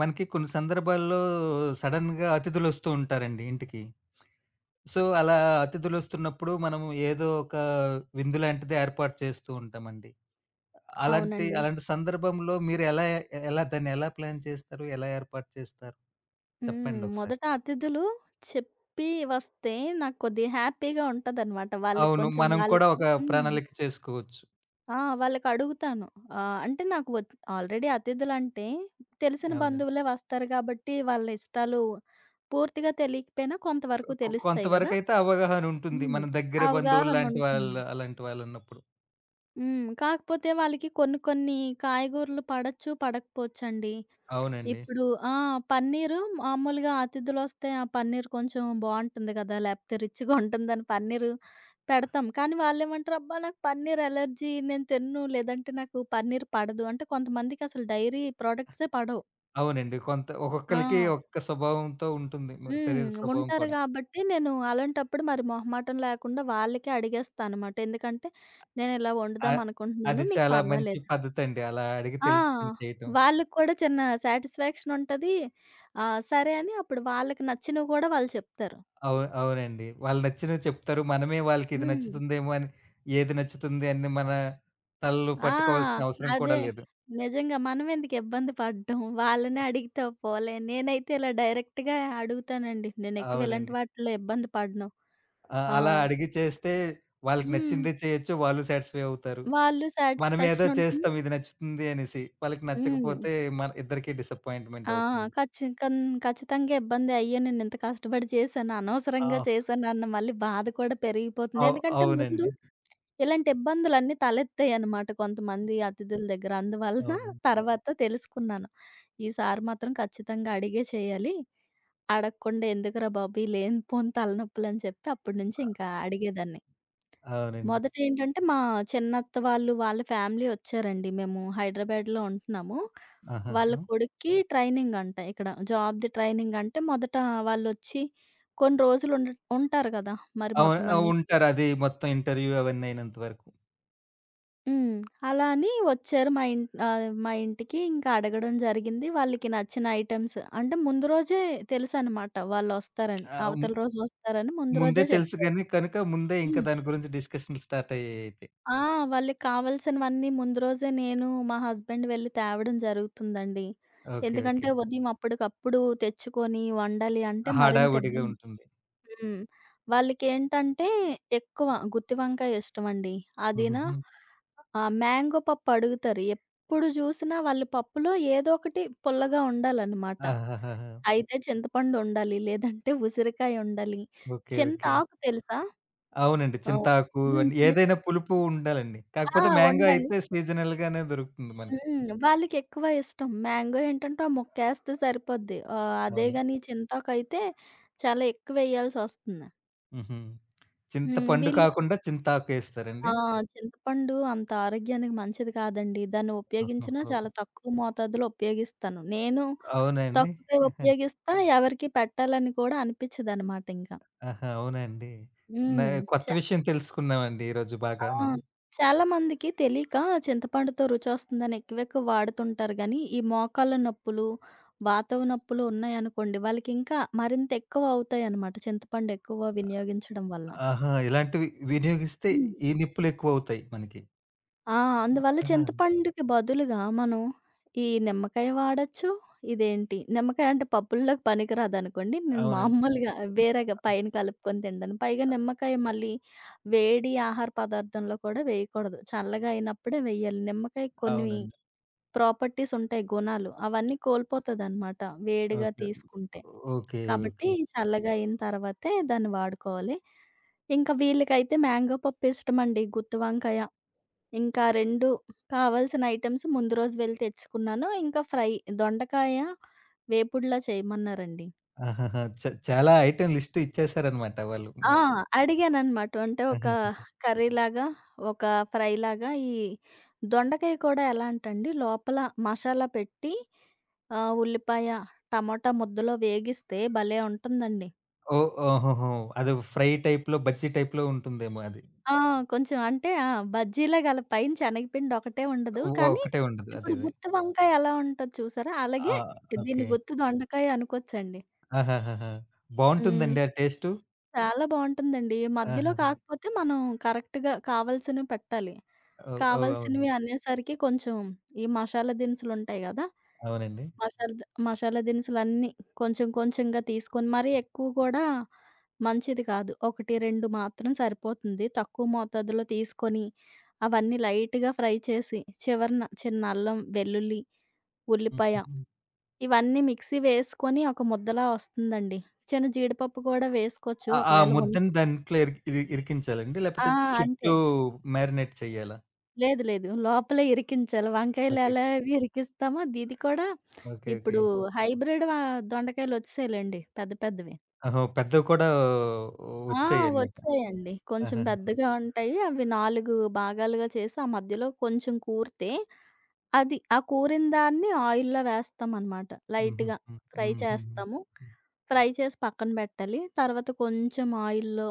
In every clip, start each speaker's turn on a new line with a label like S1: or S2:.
S1: మనకి కొన్ని సందర్భాల్లో సడెన్‌గా అతిథులొస్తూ ఉంటారండి ఇంటికి. సో, అలా అతిథులొస్తున్నప్పుడు మనం ఏదో ఒక విందు లాంటిది ఏర్పాటు చేస్తూ ఉంటామండి. అలాంటి
S2: అవునండి.
S1: అలాంటి సందర్భంలో మీరు ఎలా ఎలా దాన్ని ఎలా ప్లాన్ చేస్తారు? ఎలా ఏర్పాటు చేస్తారు?
S2: హ్మ్.
S1: చెప్పండి ఒకసారి.
S2: మొదట అతిథులు చెప్పి వస్తే నాకు కొద్దిగా హ్యాపీగా ఉంటదనమాట. వాళ్ళు
S1: అవును,
S2: కొంచెం
S1: మనం కూడా
S2: వాళ్ళకి
S1: ఒక
S2: హ్మ్.
S1: ప్రణాళిక చేసుకోవచ్చు.
S2: ఆ! వాళ్ళకి అడుగుతాను. అంటే నాకు ఆల్రెడీ అతిథులంటే తెలిసిన
S1: అవునండి.
S2: బంధువులే వస్తారు కాబట్టి వాళ్ళ ఇష్టాలు పూర్తిగా తెలియకపోయినా కొంతవరకు తెలుస్తాయి గదా!
S1: కొంతవరకైతే అవగాహనుంటుంది.
S2: హ్మ్.
S1: మన దగ్గర
S2: అవగాహన
S1: బంధువుల్లాంటి
S2: ఉంటుంది.
S1: వాళ్ళు అలాంటి వాళ్ళున్నప్పుడు.
S2: హ్మ్. కాకపోతే వాళ్ళకి కొన్ని కొన్ని కాయగూరలు పడొచ్చు, పడకపోవచ్చండి.
S1: అవునండి.
S2: ఇప్పుడు ఆ! పన్నీరు మామూలుగా అతిథులొస్తే ఆ పన్నీర్ కొంచెం బావుంటుంది కదా! లేపోతే రిచ్‌గా ఉంటుందని పన్నీరు పెడతాం. కానీ వాళ్ళేమంటారు, "అబ్బా! నాకు పన్నీర్ అలర్జీ నేను తినను. లేదంటే నాకు పన్నీర్ పడదు." అంటే కొంతమందికసలు డైరీ ప్రొడక్ట్సే పడవు.
S1: అవునండి, కొంత ఒక్కొక్కళ్ళకి
S2: ఆ!
S1: ఒక్క స్వభావంతో ఉంటుంది. మరి
S2: హ్మ్.
S1: శరీర స్వభావం
S2: ఉంటారు
S1: కూడా.
S2: గాబట్టి నేను అలాంటప్పుడు మరి మొహమాటం లేకుండా వాళ్ళకే అడిగేస్తా అనమాట. ఎందుకంటే, "నేనిలా
S1: అ
S2: వండుదాం అనుకుంటున్నాను.
S1: అది
S2: మీకు
S1: చాలా మంచి
S2: పర్వాలేదు."
S1: పద్ధతండి. అలా అడిగి
S2: ఆ!
S1: తెలుసుకొని చేయటం.
S2: వాళ్ళకి కూడా చిన్న సాటిస్ఫాక్షన్ ఉంటది. సరే అని అప్పుడు వాళ్ళకి నచ్చినవి గూడా వాళ్ళు చెప్తారు.
S1: అవునండి, వాళ్ళు నచ్చినవి చెప్తారు. మనమే వాళ్ళకి ఇది
S2: హ్మ్.
S1: నచ్చుతుందేమో అని ఏది నచ్చుతుంది అని మన తలలు
S2: ఆ!
S1: పట్టుకోవాల్సిన అవసరం
S2: అదే.
S1: కూడా లేదు.
S2: నిజంగా మనం ఎందుకు ఇబ్బంది పడడం. వాళ్ళనే అడిగితే పోలే. నేనైతే ఇలా డైరెక్ట్‌గా అడుగుతానండి. నేను ఎక్కువ ఇలాంటి
S1: అవునండి.
S2: వాటిల్లో ఇబ్బంది పడను.
S1: ఆ!
S2: ఆ!
S1: అలా అడిగి చేస్తే వాళ్ళకి
S2: హ్మ్.
S1: నచ్చిందే చేయొచ్చు. వాళ్ళు సాటిస్ఫై అవుతారు.
S2: వాళ్ళు
S1: మనం ఏదో
S2: సాటిస్ఫాక్షన్ ఉంటుంది.
S1: చేస్తాం ఇది నచ్చుతుంది అనేసి. వాళ్ళకి
S2: హ్మ్.
S1: నచ్చకపోతే మన ఇద్దరికీ డిసప్పాయింట్‌మెంట్
S2: ఆ!
S1: అవుతుంది.
S2: ఖచ్చి కన్ ఖచ్చితంగా ఇబ్బంది అయ్యో! నేనింత కష్టపడి చేశాను. అనవసరంగా
S1: ఆ!
S2: చేశానన్న మళ్ళీ బాధ కూడా పెరిగిపోతుంది. ఎందుకంటే ముందు
S1: అవునండి.
S2: ఇలాంటి ఇబ్బందులన్నీ తలెత్తాయనమాట కొంతమంది అతిథుల దగ్గర. అందువలన
S1: అవునండి.
S2: తర్వాత తెలుసుకున్నాను. ఈసారి మాత్రం ఖచ్చితంగా అడిగే చేయాలి. అడగకుండా ఎందుకురా బాబు ఈ లేనిపోని తలనొప్పులని చెప్పి అప్పటి నుంచి ఇంకా అడిగేదాన్ని.
S1: అవునండి.
S2: మొదట ఏంటంటే మా చిన్నత్త వాళ్ళు, వాళ్ళ ఫ్యామిలీ వచ్చారండి. మేము హైదరాబాద్‌లో ఉంటున్నాము.
S1: ఆహా!
S2: వాళ్ళ
S1: ఆ!
S2: కొడుక్కి ట్రైనింగ్ అంట ఇక్కడ. జాబ్‌ది ట్రైనింగ్ అంటే మొదట వాళ్ళొచ్చి కొన్ని రోజులు ఉంటారు కదా! మరి
S1: అవును.
S2: మొత్తం
S1: ఆ!
S2: అన్నీ చూసి
S1: ఉంటారది, మొత్తం ఇంటర్వ్యూ అవన్నీ అయినంత వరకు.
S2: హ్మ్. అలా అని వచ్చారు మా ఇం మా ఇంటికి. ఇంకా అడగడం జరిగింది. వాళ్ళకి నచ్చిన ఐటెమ్స్ అంటే ముందు రోజే తెలుసనమాట వాళ్ళొస్తారని.
S1: ఆహ్, హ్మ్.
S2: అవతల రోజు వస్తారని ముందు
S1: ముందే
S2: రోజే
S1: తెలుసు
S2: చెప్పారు.
S1: గాని కనుక ముందే ఇంకా
S2: హ్మ్.
S1: దాని గురించి డిస్కషన్‌లు స్టార్ట్ అయ్యాయి అయితే.
S2: ఆ! వాళ్ళకి కావాల్సినవన్నీ ముందు రోజే నేను, మా హస్బెండ్ వెళ్లి తేవడం జరుగుతుందండి.
S1: ఓకే. ఓకే.
S2: ఎందుకంటే ఉదయం అప్పటికప్పుడు తెచ్చుకొని వండాలి అంటే మరింత
S1: హడావుడిగా
S2: ఇబ్బంది.
S1: ఉంటుంది.
S2: హ్మ్. వాళ్ళకేంటంటే ఎక్కువ గుత్తి వంకాయ ఇష్టమండి. అదీనా
S1: హుహుహు.
S2: మ్యాంగో పప్పు అడుగుతారు. ఎప్పుడు జూసినా వాళ్ళు పప్పులో ఏదో ఒకటి పుల్లగా ఉండాలన్నమాట.
S1: ఆహాహాహా!
S2: అయితే చింతపండు ఉండాలి, లేదంటే ఉసిరికాయ ఉండాలి.
S1: ఓకే. ఓకే.
S2: చింతాకు తెలుసా?
S1: అవునండి.
S2: ఆహ్,
S1: చింతాకు
S2: హ్మ్.
S1: అని
S2: చిన్న
S1: ఏదైనా
S2: చింత
S1: పులుపు ఉండాలండి.
S2: ఆ!
S1: కాకపోతే మ్యాంగో
S2: ఉండాలి.
S1: అయితే సీజనల్ గానే దొరుకుతుంది మనకి.
S2: హ్మ్. వాళ్ళకెక్కువ ఇష్టం. మ్యాంగో ఏంటంటే ఆ ముక్కేస్తే సరిపోద్ది. అదే
S1: అవును.
S2: గాని చింతాకయితే చాలా ఎక్కువెయ్యాల్సొస్తుంది.
S1: హుహు.
S2: హ్మ్.
S1: చింతపండు
S2: వీళ్ళు
S1: కాకుండా
S2: ఆ!
S1: చింతాకేస్తారండి?
S2: చింతపండు అంత ఆరోగ్యానికి మంచిది కాదండి. దాన్ని ఉపయోగించినా
S1: ఓహోహో!
S2: చాలా తక్కువ మోతాదులో ఉపయోగిస్తాను. నేను
S1: అవునా అండి?
S2: తక్కువే ఉపయోగిస్తా, ఎవరికీ పెట్టాలని కూడా అనిపిచ్చదనమాట ఇంక.
S1: ఆహా! అవునా అండి? నే
S2: హ్మ్. చ
S1: కొత్త విషయం తెలుసుకున్నామండి ఈరోజు
S2: ఆ!
S1: బాగా నేను.
S2: చాలా మందికి తెలీక చింతపండుతో రుచొస్తుందని ఎక్కువెక్కువ వాడుతుంటారు గానీ, ఈ మోకాళ్ళ నొప్పులు, వాతవ నొప్పులు ఉన్నాయనుకోండి, వాళ్ళకింకా మరింత ఎక్కువ అవుతాయనమాట చింతపండు ఎక్కువ వినియోగించడం వల్ల.
S1: ఆహా! ఇలాంటివి వినియోగిస్తే
S2: హ్మ్.
S1: ఈ నిప్పులెక్కువవుతాయి మనకి.
S2: ఆ! అందువల్ల
S1: ఆహా!
S2: చింతపండుకి బదులుగా మనం ఈ నిమ్మకాయ వాడొచ్చు. ఇదేంటి నిమ్మకాయ అంటే పప్పుల్లోకి పనికిరాదనుకోండి. నేను
S1: అవునండి.
S2: మామూలుగా వేరేగా పైన కలుపుకొని తింటాను. పైగా నిమ్మకాయ మళ్ళీ వేడి ఆహార పదార్థంలో కూడా వేయకూడదు. చల్లగా అయినప్పుడే వేయాలి. నిమ్మకాయ కొన్ని
S1: అవునండి.
S2: ప్రాపర్టీస్ ఉంటాయి గుణాలు. అవన్నీ కోల్పోతదనమాట వేడిగా
S1: ఓకే.
S2: తీసుకుంటే.
S1: ఓకే.
S2: కాబట్టి
S1: ఓకే.
S2: చల్లగా అయిన తర్వాతే దాన్ని వాడుకోవాలి. ఇంకా వీళ్ళకైతే మ్యాంగో పప్పు ఇష్టమండి. గుత్తి వంకాయ, ఇంకా 2 కావాల్సిన ఐటెమ్స్ ముందు రోజు వెళ్లి తెచ్చుకున్నాను. ఇంకా దొండకాయ వేపుడులా చేయమన్నారండి.
S1: ఆహాహా! చాలా ఐటెమ్ లిస్ట్ ఇచ్చేసారనమాట వాళ్ళు
S2: ఆ!
S1: మీకు.
S2: అడిగాననమాట. అంటే ఒక
S1: ఆహాహా!
S2: కర్రీలాగా, ఒక ఫ్రైలాగా ఈ దొండకాయ కూడా ఎలా అంటండి లోపల మసాలా పెట్టి ఉల్లిపాయ, టమాటా ముద్దలో వేగిస్తే భలే! ఉంటుందండి.
S1: ఓహ్! ఓహోహో! అది ఫ్రై టైప్‌లో, బజ్జీ టైప్‌లో ఉంటుందేమో అది.
S2: ఆ! కొంచెం అంటే ఆ! బజ్జీలా గల పైన శనగపిండి ఒకటే ఉండదు. కానీ
S1: ఒకటే ఉండదు.
S2: ఇప్పుడు
S1: అదేదే.
S2: గుత్తి వంకాయ ఎలా ఉంటది చూసారా? అలాగే
S1: ఆ!
S2: దీన్ని
S1: ఓకే.
S2: గుత్తి దొండకాయ అనుకోవచ్చండి.
S1: ఆహాహాహా!
S2: హ్మ్.
S1: బావుంటుందండి ఆ టేస్టు?
S2: చాలా బావుంటుందండి. మధ్యలో
S1: ఆహాహా!
S2: కాకపోతే మనం కరెక్ట్‌గా కావాల్సినవి పెట్టాలి.
S1: ఓహ్! ఓహ్! అవును.
S2: కావాల్సినవి అనేసరికి కొంచెం ఈ మసాలా దినుసులుంటాయి గదా!
S1: అవునండి.
S2: మసాలా దినుసులన్నీ కొంచెం కొంచెంగా తీసుకొని, మరీ ఎక్కువ కూడా మంచిది కాదు. 1, 2 మాత్రం సరిపోతుంది. తక్కువ మోతాదులో తీసుకొని, అవన్నీ లైట్‌గా ఫ్రై చేసి, చివరన చిన్న అల్లం, వెల్లుల్లి, ఉల్లిపాయ
S1: హుహుహు.
S2: ఇవన్నీ మిక్సీ వేసుకొని ఒక ముద్దలా వస్తుందండి. చిన్న జీడిపప్పు కూడా వేసుకోవచ్చు
S1: ఆ! ఆ
S2: ఒకవేళ
S1: ముద్దని
S2: ఉంటే.
S1: దాంట్లో ఇరికించాలండి?
S2: ఆ!
S1: లేపోతే
S2: అంతే.
S1: చుట్టూ మ్యారినేట్ చెయ్యాలా?
S2: లేదు లేదు. లోపలే ఇరికించాలి. వంకాయలు ఎలా
S1: ఓకేకే.
S2: అవి ఇరికిస్తామో ఇది కూడా
S1: ఓకే. ఓకే.
S2: ఇప్పుడు హైబ్రిడ్ వ దొండకాయలొచ్చేసాయిలెండి పెద్ద పెద్దవి.
S1: ఓహో! పెద్దవి కూడా
S2: ఆ!
S1: వచ్చాయన్నమాట.
S2: వచ్చాయండి. కొంచెం
S1: ఆహాహా!
S2: పెద్దగా ఉంటాయి. అవి 4 భాగాలుగా చేసి, ఆ మధ్యలో కొంచెం కూరితే, అది ఆ కూరిన దాన్ని ఆయిల్‌లో వేస్తామనమాట. లైట్‌గా
S1: హుహుహు.
S2: ఫ్రై
S1: హుహుహు.
S2: చేస్తాము. ఫ్రై చేసి పక్కన పెట్టాలి. తర్వాత కొంచెం ఆయిల్‌లో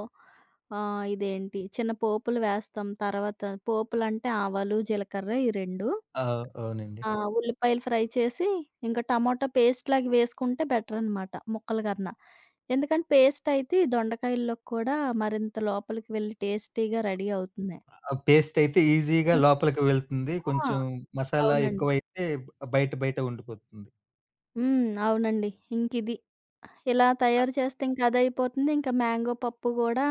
S2: ఇదేంటి చిన్న పోపులు వేస్తాం. తర్వాత పోపులంటే ఆవాలు, జీలకర్ర ఈ 2
S1: ఆ! అవునండి.
S2: ఆ! ఉల్లిపాయలు ఫ్రై చేసి, ఇంకా టమాటా పేస్ట్‌లాగా వేసుకుంటే బెటరనమాట ముక్కల కన్నా. ఎందుకంటే పేస్ట్ అయితే ఈ దొండకాయల్లోకి కూడా మరింత లోపలికి వెళ్లి టేస్టీగా రెడీ అవుతుంది.
S1: ఆ పేస్ట్ అయితే ఈజీగా
S2: హ్మ్.
S1: లోపలికి వెళ్తుంది.
S2: ఆ!
S1: కొంచెం మసాలా
S2: అవునండి.
S1: ఎక్కువైతే బయట బయట ఉండిపోతుంది.
S2: హ్మ్. అవునండి. ఇంకిది. ఇలా
S1: ఆ!
S2: తయారు చేస్తే ఇంక అదయిపోతుంది. ఇంకా మ్యాంగో పప్పు గూడా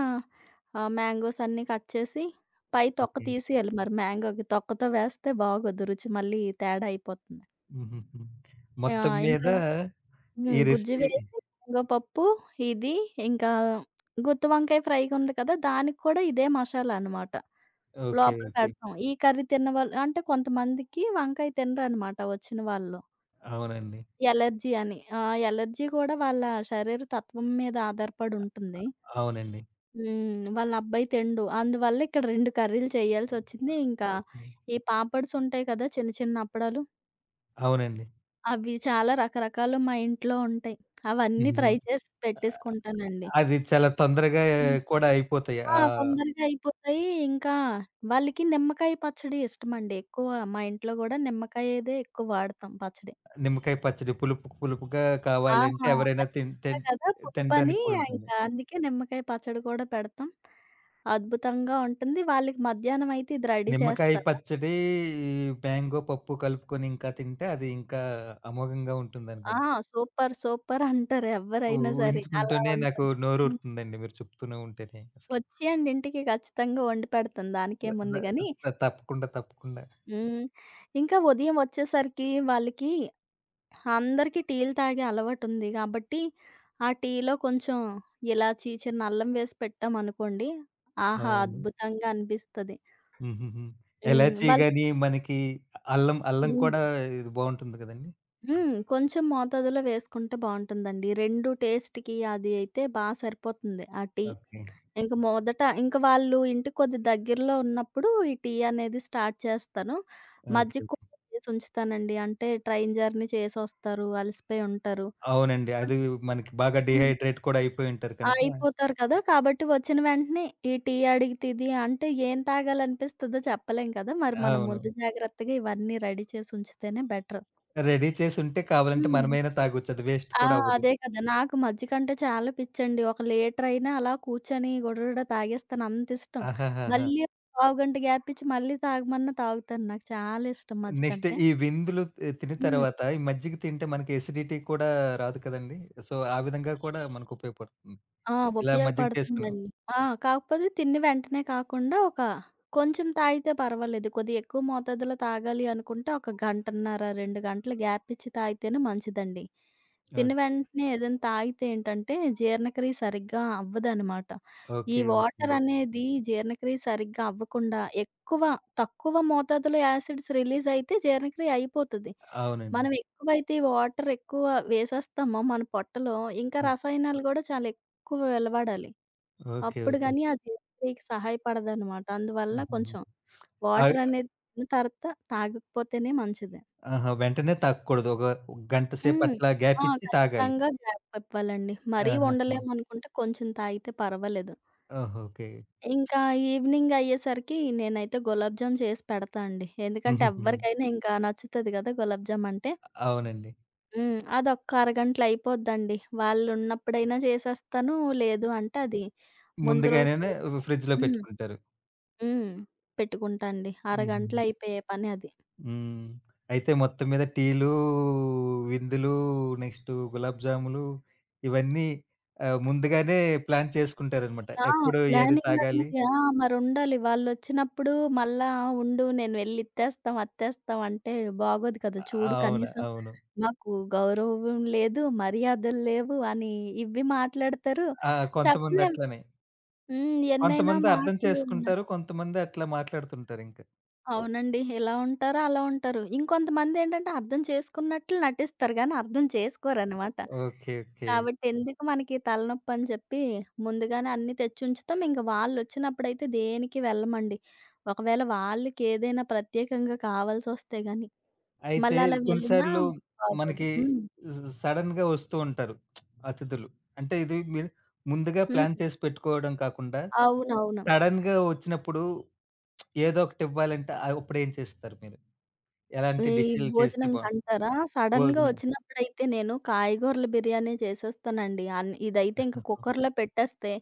S2: మ్యాంగోస్ అన్నీ కట్ చేసి పై తొక్క
S1: ఓకే.
S2: తీసేయాలి మరి మ్యాంగోకి. తొక్కతో వేస్తే బాగోదు రుచి మళ్ళీ తేడా అయిపోతుంది.
S1: హుహుహు.
S2: ఆ!
S1: మొత్తం మీద
S2: ఇంకా హ్మ్.
S1: ఈ
S2: గుజ్జు
S1: రెసిపీ
S2: వేసి శనగపప్పు ఇది ఇంకా గుత్తి వంకాయ ఫ్రైగుంది కదా! దానికి కూడా ఇదే మసాలా అనమాట.
S1: ఓకే.
S2: లోపల
S1: ఓకే.
S2: పెడతాం. ఈ కర్రీ తిన్నవాళ్ళు అంటే కొంతమందికి వంకాయ తినరనమాట వచ్చిన వాళ్ళు.
S1: అవునండి.
S2: ఎలర్జీ అని. ఆ ఎలర్జీ కూడా వాళ్ళ శరీర తత్వం మీద ఆధారపడి ఉంటుంది.
S1: అవునండి.
S2: హ్మ్. వాళ్ళ అబ్బాయి తినడు. అందువల్ల ఇక్కడ 2 కర్రీలు చేయాల్సొచ్చింది. ఇంకా
S1: ఓకే.
S2: ఈ పాపడ్స్ ఉంటాయి కదా! చిన్న చిన్న అప్పడాలు.
S1: అవునండి.
S2: అవి చాలా రకరకాలు మా ఇంట్లో ఉంటాయి. అవన్నీ ఫ్రై
S1: హుహు.
S2: చేసి పెట్టేసుకుంటానండి.
S1: అది చాలా తొందరగా కూడా అయిపోతాయి.
S2: ఆ!
S1: ఆహ్,
S2: తొందరగా అయిపోతాయి. ఇంకా వాళ్ళకి నిమ్మకాయ పచ్చడి ఇష్టమండి ఎక్కువ. మా ఇంట్లో గూడా నిమ్మకాయదే ఎక్కువ వాడతాం పచ్చడి.
S1: నిమ్మకాయ పచ్చడి పులుపు పులుపుగా
S2: ఆ!
S1: కావాలంటే ఎవరైనా
S2: అది
S1: తిన్
S2: చెప్పా
S1: తిన్
S2: కదా! పులుపని
S1: తినడానికి కూడా ఉంటుంది.
S2: ఇంకా అందుకే నిమ్మకాయ పచ్చడి కూడా పెడతాం. అద్భుతంగా ఉంటుంది. వాళ్ళకి మధ్యాహ్నం అయితే ఇది రెడీ
S1: నిమ్మకాయ
S2: చేస్తారు.
S1: పచ్చడి, ఈ మ్యాంగో పప్పు కలుపుకొని ఇంకా తింటే అది ఇంకా అమోఘంగా
S2: ఆ!
S1: ఉంటుందనుకుంటా.
S2: సూపర్! సూపర్! అంటారు ఎవ్వరైనా సరే. అలా
S1: ఊహించుకుంటూనే నాకు
S2: ఉంటుంది. హ్మ్.
S1: నోరూరుతుందండి మీరు చెప్తూనే ఉంటేనే. అసలు
S2: వచ్చేయండి ఇంటికి ఖచ్చితంగా వండి పెడతాను
S1: ద ద
S2: దానికేముంది గానీ.
S1: ద- తప్పకుండా, తప్పకుండా.
S2: హ్మ్. ఇంకా ఉదయం వచ్చేసరికి వాళ్ళకి అందరికీ టీలు తాగే అలవాటుంది గాబట్టి, ఆ టీలో కొంచెం ఇలాచి, చిన్న అల్లం వేసి పెట్టామనుకోండి, ఆహా!
S1: అవును.
S2: అద్భుతంగా అనిపిస్తది.
S1: హుహుహు.
S2: హ్మ్.
S1: ఎలాచీ
S2: వాళ్ళు
S1: గాని మనకి అల్లం,
S2: హ్మ్.
S1: కూడా ఇది బావుంటుంది కదండీ!
S2: హ్మ్. కొంచెం మోతాదులో వేసుకుంటే బావుంటుందండి. 2 టేస్ట్‌కి అది అయితే బా సరిపోతుంది ఆ టీ.
S1: ఓకే.
S2: ఇంక వాళ్ళు ఇంటికి కొద్ది దగ్గరలో ఉన్నప్పుడు ఈ టీ అనేది స్టార్ట్ చేస్తాను. మజ్జిగ
S1: ఓకే.
S2: కూడా చేసి ఉంచుతానండి. అంటే ట్రైన్ జర్నీ చేసొస్తారు, అలసిపోయి ఉంటారు.
S1: అవునండి. అది మనకి బాగా
S2: హ్మ్.
S1: డీహైడ్రేట్ కూడా అయిపోయి ఉంటారు
S2: ఆ,
S1: కనుక
S2: అయిపోతారు కదా! కాబట్టి వచ్చిన వెంటనే ఈ టీ అడిగితే ఇది అంటే ఏం తాగాలనిపిస్తదో చెప్పలేం కదా! మరి మనం
S1: అవును.
S2: ముందు జాగ్రత్తగా ఇవన్నీ రెడీ చేసి ఉంచితేనే బెటర్.
S1: రెడీ చేసుంటే కావాలంటే
S2: హ్మ్.
S1: మనమైనా తాగొచ్చు. అది వేస్ట్
S2: ఆ!
S1: కూడా అవ్వదు.
S2: అదే కదా! నాకు మజ్జిగంటే చాలా పిచ్చండి. ఒక లీటర్ అయినా అలా కూర్చొని గుడగుడ తాగేస్తాను అంతిష్టం.
S1: ఆహాహాహా!
S2: మళ్ళీ పావుగంట గ్యాప్ ఇచ్చి మళ్ళీ తాగమన్నా తాగుతాను. నాకు చాలా ఇష్టం
S1: నెక్స్ట్
S2: మజ్జిగంటే.
S1: ఈ విందులు తిని
S2: హ్మ్.
S1: తర్వాత ఈ మజ్జిగ తింటే మనకి ఎసిడిటీ కూడా రాదు కదండీ! సో, ఆ విధంగా కూడా మనకు ఉపయోగపడుతుంది.
S2: ఆ!
S1: ఇలా మజ్జిగ చేసుకుని
S2: ఉపయోగపడుతుందండి. ఆ! కాకపోతే తిన్న వెంటనే కాకుండా ఒక కొంచెం తాగితే పర్వాలేదు. కొద్దిగా ఎక్కువ మోతాదులో తాగాలి అనుకుంటే ఒక గంటన్నర, 2 గంటలు గ్యాప్ ఇచ్చి తాగితేనే మంచిదండి. తిన్న
S1: ఓకే.
S2: వెంటనే ఏదైనా తాగితే ఏంటంటే జీర్ణక్రియ సరిగ్గా అవ్వదనమాట. ఈ
S1: ఓకే. ఓకే,
S2: వాటర్
S1: అండి.
S2: అనేది జీర్ణక్రియ సరిగ్గా అవ్వకుండా తక్కువ మోతాదులో యాసిడ్స్ రిలీజ్ అయితే జీర్ణక్రియ అయిపోతది.
S1: అవునండి.
S2: మనం ఎక్కువైతే వాటర్ ఎక్కువ వేసేస్తామో మన పొట్టలో, ఇంకా
S1: ఓ
S2: రసాయనాలు గూడా చాలా ఎక్కువ వెలవడాలి.
S1: ఓకే.
S2: అప్పుడు
S1: ఓకే.
S2: గాని ఆ జీర్ణక్రియకి సహాయపడదనమాట. అందువల్ల
S1: హుహుహు.
S2: కొంచెం
S1: ఆహ్,
S2: వాటర్ అనేది తిన్న తర్వాత తాగకపోతేనే మంచిది.
S1: ఆహా! వెంటనే తాగకూడదు. ఒక 1 గంట సేపు
S2: హ్మ్.
S1: అట్లా
S2: ఆ!
S1: గ్యాప్ ఇచ్చి తాగాలి.
S2: ఖచ్చితంగా గ్యాప్ ఇవ్వాలండి. మరీ
S1: ఆహాహా!
S2: ఉండలేమనుకుంటే కొంచెం తాగితే పర్వాలేదు.
S1: ఓహో! ఓకే.
S2: ఇంకా ఈవినింగ్ అయ్యేసరికి నేనైతే గులాబ్ జామ్ చేసి పెడతా అండి. ఎందుకంటే
S1: హుహుహు.
S2: ఎవ్వరికైనా ఇంకా నచ్చుతది గదా! గులాబ్ జామ్ అంటే.
S1: అవునండి.
S2: హ్మ్. అదొక్క అరగంటలో అయిపోద్దండి. వాళ్ళున్నప్పుడైనా చేసేస్తాను. లేదు అంటే అది ముందు రోజు
S1: ముందుగానేనే
S2: చే
S1: ఫ్రిడ్జ్‌లో
S2: హ్మ్.
S1: పెట్టుకుంటారు.
S2: హ్మ్. పెట్టుకుంటా అండి. అరగంటలో
S1: హుహు.
S2: అయిపోయే పని అది.
S1: హ్మ్. అయితే మొత్తం మీద టీలు, విందులు, నెక్స్ట్ గులాబ్ జాములు ఇవన్నీ ఆహ్, ముందుగానే ప్లాన్ చేసుకుంటారనమాట.
S2: ఆ!
S1: ఎప్పుడు ఏది
S2: ప్లానింగ్
S1: తాగాలి?
S2: అనేది ఆ! మరుండాలి. వాళ్ళొచ్చినప్పుడు మళ్ళా ఉండు నేను వెళ్లి ఇత్తేస్తాం, అత్తేస్తాం అంటే బాగోదు కదా! చూడు
S1: అవును.
S2: కనీసం
S1: అవును.
S2: మాకు గౌరవం లేదు, మర్యాదలు లేవు అని ఇవి మాట్లాడతారు.
S1: ఆ! కొంతమంది
S2: చెప్పలేం.
S1: అట్లనే.
S2: హ్మ్. ఎన్నైనా
S1: కొంతమంది అర్థం
S2: మాటలు
S1: చేసుకుంటారు. కొంతమంది అట్లా మాట్లాడుతుంటారింక.
S2: అవునండి. ఇలా ఉంటారు, అలా ఉంటారు. ఇంకొంతమందేంటంటే అర్థం చేసుకున్నట్లు నటిస్తారు గానీ, అర్థం చేసుకోరనమాట.
S1: ఓకే. ఓకే.
S2: కాబట్టి ఎందుకు మనకి తలనొప్పని చెప్పి, ముందుగానే అన్నీ తెచ్చుంచుతాం. ఇంక వాళ్ళొచ్చినప్పుడైతే దేనికి వెళ్ళమండి. ఒకవేళ వాళ్ళకేదైనా ప్రత్యేకంగా కావాల్సొస్తే గానీ,
S1: అయితే
S2: మళ్ళలా
S1: కొన్ని
S2: వెళ్ళినా
S1: సార్లు
S2: బాగోదు.
S1: మనకి
S2: హ్మ్.
S1: స్ సడెన్‌గా వస్తూ ఉంటారు అతిథులు. అంటే ఇది మీరు ముందుగా
S2: హ్మ్.
S1: ప్లాన్ చేసి పెట్టుకోవడం కాకుండా
S2: అవునవును.
S1: సడెన్‌గా వచ్చినప్పుడు ఏదో ఒకటివ్వాలంటే ఆహ్, అప్పుడేం చేస్తారు మీరు? ఎలాంటి
S2: ఈ
S1: డిష్‌లు చేస్తే బావుం
S2: భోజనంకంటారా, సడన్‌గా
S1: భోజనం
S2: ఒచ్చినప్పుడైతే నేను కాయగూరల బిర్యానీ చేసేస్తానండి. ఇదైతే ఇంక కుక్కర్‌లో పెట్టేస్తే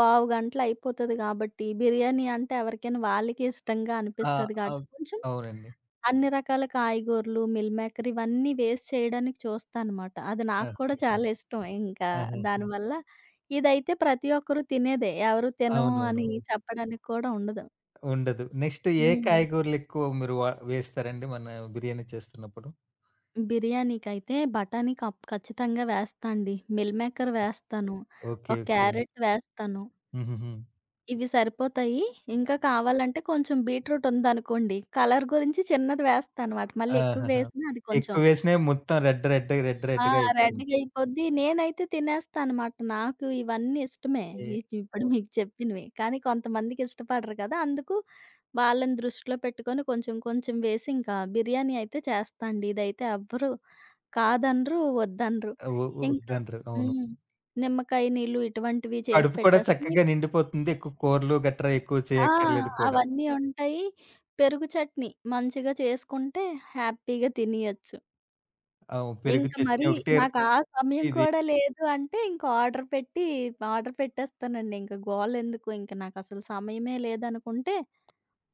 S2: పావు గంటలో అయిపోతది గాబట్టి, బిర్యానీ అంటే ఎవరికైనా వాళ్ళకే ఇష్టంగా
S1: ఆ!
S2: అనిపిస్తది గాబట్టి,
S1: అవ్
S2: కొంచెం
S1: అవునండి.
S2: అన్ని రకాల కాయగూరలు, మిల్ మేకర్ ఇవన్నీ వేసి చేయడానికి చూస్తా అనమాట. అది
S1: ఆ!
S2: నాకు కూడా
S1: ఓకే.
S2: చాలా ఇష్టం. ఇంకా
S1: ఆహాహా!
S2: దానివల్ల ఇదైతే ప్రతి ఒక్కరు తినేదే. ఎవరు తినము అని
S1: అవునవునవును,
S2: చెప్పడానికి కూడా ఉండదు.
S1: ఉండదు. నెక్స్ట్ ఏ
S2: హ్మ్.
S1: కాయగూరలెక్కువ మీరు వేస్తారండి మన బిర్యానీ చేస్తున్నప్పుడు?
S2: బిర్యానీకైతే బఠానీ కప్ ఖచ్చితంగా వేస్తా అండి. మిల్ మేకర్ వేస్తాను.
S1: ఓకే.
S2: ఒక
S1: ఓకే.
S2: క్యారెట్ వేస్తాను.
S1: హుహుహు.
S2: ఇవి సరిపోతాయి. ఇంకా కావాలంటే కొంచెం బీట్రూట్ ఉందనుకోండి, కలర్ గురించి చిన్నది వేస్తానమాట. మళ్ళీ ఎక్కువ
S1: ఆహాహా!
S2: వేసినా అది కొంచెం
S1: ఎక్కువ వేసినవి మొత్తం రెడ్ రెడ్ రెడ్
S2: ఆ!
S1: రెడ్‌గా
S2: రెడ్‌గా
S1: అయిపోతుంటది.
S2: అయిపోద్ది. నేనైతే తినేస్తా అనమాట. నాకు ఇవన్నీ ఇష్టమే. ఈ
S1: ఏ
S2: చి ఇప్పుడు మీకు చెప్పినవి. కానీ కొంతమందికి ఇష్టపడరు కదా! అందుకు వాళ్ళని దృష్టిలో పెట్టుకొని కొంచెం కొంచెం వేసి ఇంకా బిర్యానీ అయితే చేస్తా అండి. ఇదైతే ఎవ్వరు కాదనరు, వద్దనరు.
S1: వ
S2: ఇంకా
S1: వద్దంటారు. అవును.
S2: హ్మ్. నిమ్మకాయ నీళ్ళు ఇటువంటివి చేసి
S1: కడుపు కూడా
S2: పెట్టేస్తే
S1: చక్కగా నిండిపోతుంది. ఎక్కువ కూరలు గట్రా ఎక్కువ
S2: ఆ!
S1: చేయక్కర్లేదు కూడా.
S2: అవన్నీ ఉంటాయి. పెరుగు చట్నీ మంచిగా చేసుకుంటే హ్యాపీగా తినేయొచ్చు.
S1: అవును, పెరుగు
S2: ఇంక
S1: చట్నీ
S2: మరీ
S1: ఒకటే
S2: నాకు ఆ సమయం
S1: ఇది.
S2: కూడా లేదు అంటే ఇంక ఆర్డర్ పెట్టి ఆర్డర్ పెట్టేస్తానండి. ఇంక గోలెందుకు ఇంక నాకసలు సమయమే లేదనుకుంటే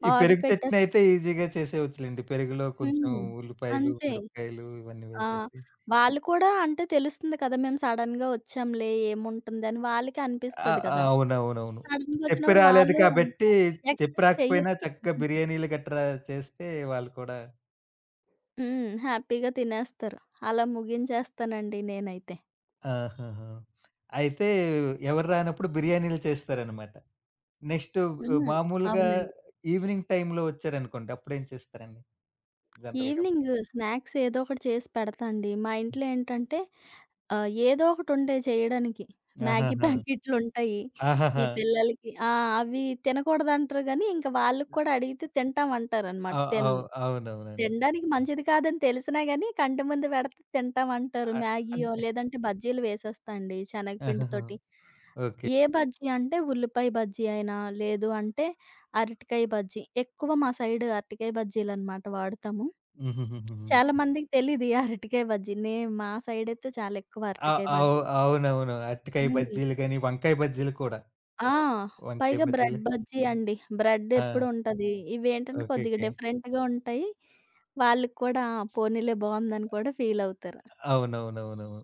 S1: ఈ
S2: ఆర్డర్
S1: పెరుగు చట్నీ
S2: పెట్టేస్
S1: అయితే ఈజీగా చేసేయొచ్చులెండి. పెరుగులో కొంచెం
S2: హ్మ్.
S1: ఉల్లిపాయలు,
S2: అంతే.
S1: మిరపకాయలు ఇవన్నీ
S2: ఆ!
S1: వేసేసి.
S2: వాళ్ళు కూడా అంటే తెలుస్తుంది కదా! మేము సడెన్‌గా వచ్చాంలే ఏముంటుందని వాళ్ళకి
S1: ఆ!
S2: అనిపిస్తది
S1: ఆ!
S2: కదా!
S1: అవునవునవును.
S2: సడెన్‌గా
S1: చెప్పి
S2: వచ్చినప్పుడు
S1: రాలేదు
S2: వాళ్ళు
S1: కాబట్టి, చెప్పి
S2: ఎక్స్‌పెక్ట్
S1: రాకపోయినా
S2: చెయ్యరు.
S1: చక్కగా బిర్యానీలు గట్రా చేస్తే వాళ్ళు కూడా
S2: హ్మ్. హ్యాపీగా తినేస్తారు. అలా ముగించేస్తానండి నేనైతే.
S1: ఆహాహా! అయితే ఎవరు రానప్పుడు బిర్యానీలు చేస్తారనమాట. నెక్స్ట్ ఆహ్,
S2: హ్మ్.
S1: మామూలుగా
S2: అవునండి.
S1: ఈవినింగ్ టైమ్‌లో వచ్చారనుకోండి. అప్పుడేం చేస్తారండి జనరల్‌గా?
S2: ఈవినింగ్ స్నాక్స్ ఏదో ఒకటి చేసి పెడతా అండి. మా ఇంట్లో ఏంటంటే ఏదో ఒకటుంటాయి చేయడానికి. మ్యాగీ
S1: ఆహాహా!
S2: ప్యాకెట్లుంటాయి. ఈ
S1: ఆహాహా!
S2: పిల్లలకి ఆ! అవి తినకూడదంటారు గానీ, ఇంక వాళ్ళకి కూడా అడిగితే తింటామంటారనమాట.
S1: అ అవు అవునవునండి.
S2: తినడానికి మంచిది కాదని తెలిసినా గాని కంటి ముందు పెడితే తింటామంటారు.
S1: అ అన్
S2: మ్యాగీయో లేదంటే బజ్జీలు వేసేస్తండి
S1: ఆహాహా!
S2: శనగపిండితోటి.
S1: ఓకే.
S2: ఏ బజ్జీ అంటే ఉల్లిపాయ బజ్జీ అయినా, లేదు అంటే అరటికాయ బజ్జీ. ఎక్కువ మా సైడ్ అరటికాయ బజ్జీలనమాట వాడతాము.
S1: హుహుహుహుహు.
S2: చాలా మందికి తెలీదు ఈ అరటికాయ బజ్జీ. మా సైడయితే చాలా ఎక్కువ
S1: అ
S2: అరటికాయ
S1: అవు
S2: బజ్జీ.
S1: అవునవును. అరటికాయ
S2: హ్మ్.
S1: బజ్జీలు గాని, వంకాయ బజ్జీలు కూడా.
S2: ఆ!
S1: వంకాయ
S2: పైగా బ్రెడ్
S1: బజ్జీలు.
S2: బజ్జీ అండి. బ్రెడ్ ఎప్పుడు
S1: ఆ!
S2: ఉంటది. ఇవేంటంటే
S1: ఓకే.
S2: కొద్దిగా
S1: ఓకే.
S2: డిఫరెంట్‌గా ఉంటాయి. వాళ్ళకి కూడా ఆ! పోనీలే బావుందని కూడా ఫీలవుతారు.
S1: అవునవునవునవును.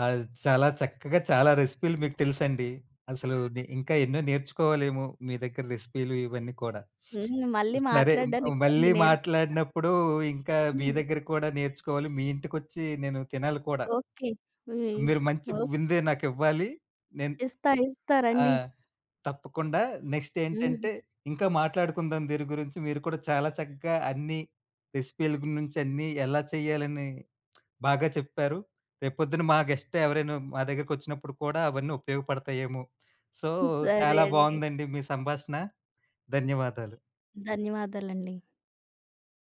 S1: ఆహ్, చాలా చక్కగా చాలా రెసిపీలు మీకు తెలుసండి. అసలు ఇంకా ఎన్నో నేర్చుకోవాలేమో మీ దగ్గర రెసిపీలు ఇవన్నీ కూడా.
S2: హ్మ్. మళ్ళీ
S1: సరే మ్
S2: మాట్లాడడానికి రండి
S1: మళ్ళీ
S2: నేర్పి
S1: మాట్లాడినప్పుడు ఇంకా మీ
S2: హ్మ్.
S1: దగ్గర కూడా నేర్చుకోవాలి. మీ ఇంటికొచ్చి నేను తినాలి కూడా.
S2: ఓకే. హ్మ్.
S1: మీరు మంచి
S2: ఓకే.
S1: విందే నాకివ్వాలి. నేను
S2: ఇస్తా. ఇస్తా
S1: ఆ!
S2: రండి.
S1: తప్పకుండా. నెక్స్ట్
S2: హ్మ్.
S1: ఏంటంటే, ఇంకా మాట్లాడుకుందాం దీని గురించి. మీరు కూడా చాలా చక్కగా అన్ని రెసిపీల గురించి అన్నీ ఎలా చేయాలని బాగా చెప్పారు. రేపొద్దున మా గెస్ట్ ఎవరైనా మా దగ్గరికొచ్చినప్పుడు కూడా అవన్నీ ఉపయోగపడతాయేమో. సో,
S2: సరే
S1: చాలా
S2: అండి.
S1: బావుందండి మీ సంభాషణ. ధన్యవాదాలు.
S2: ధన్యవాదాలండి.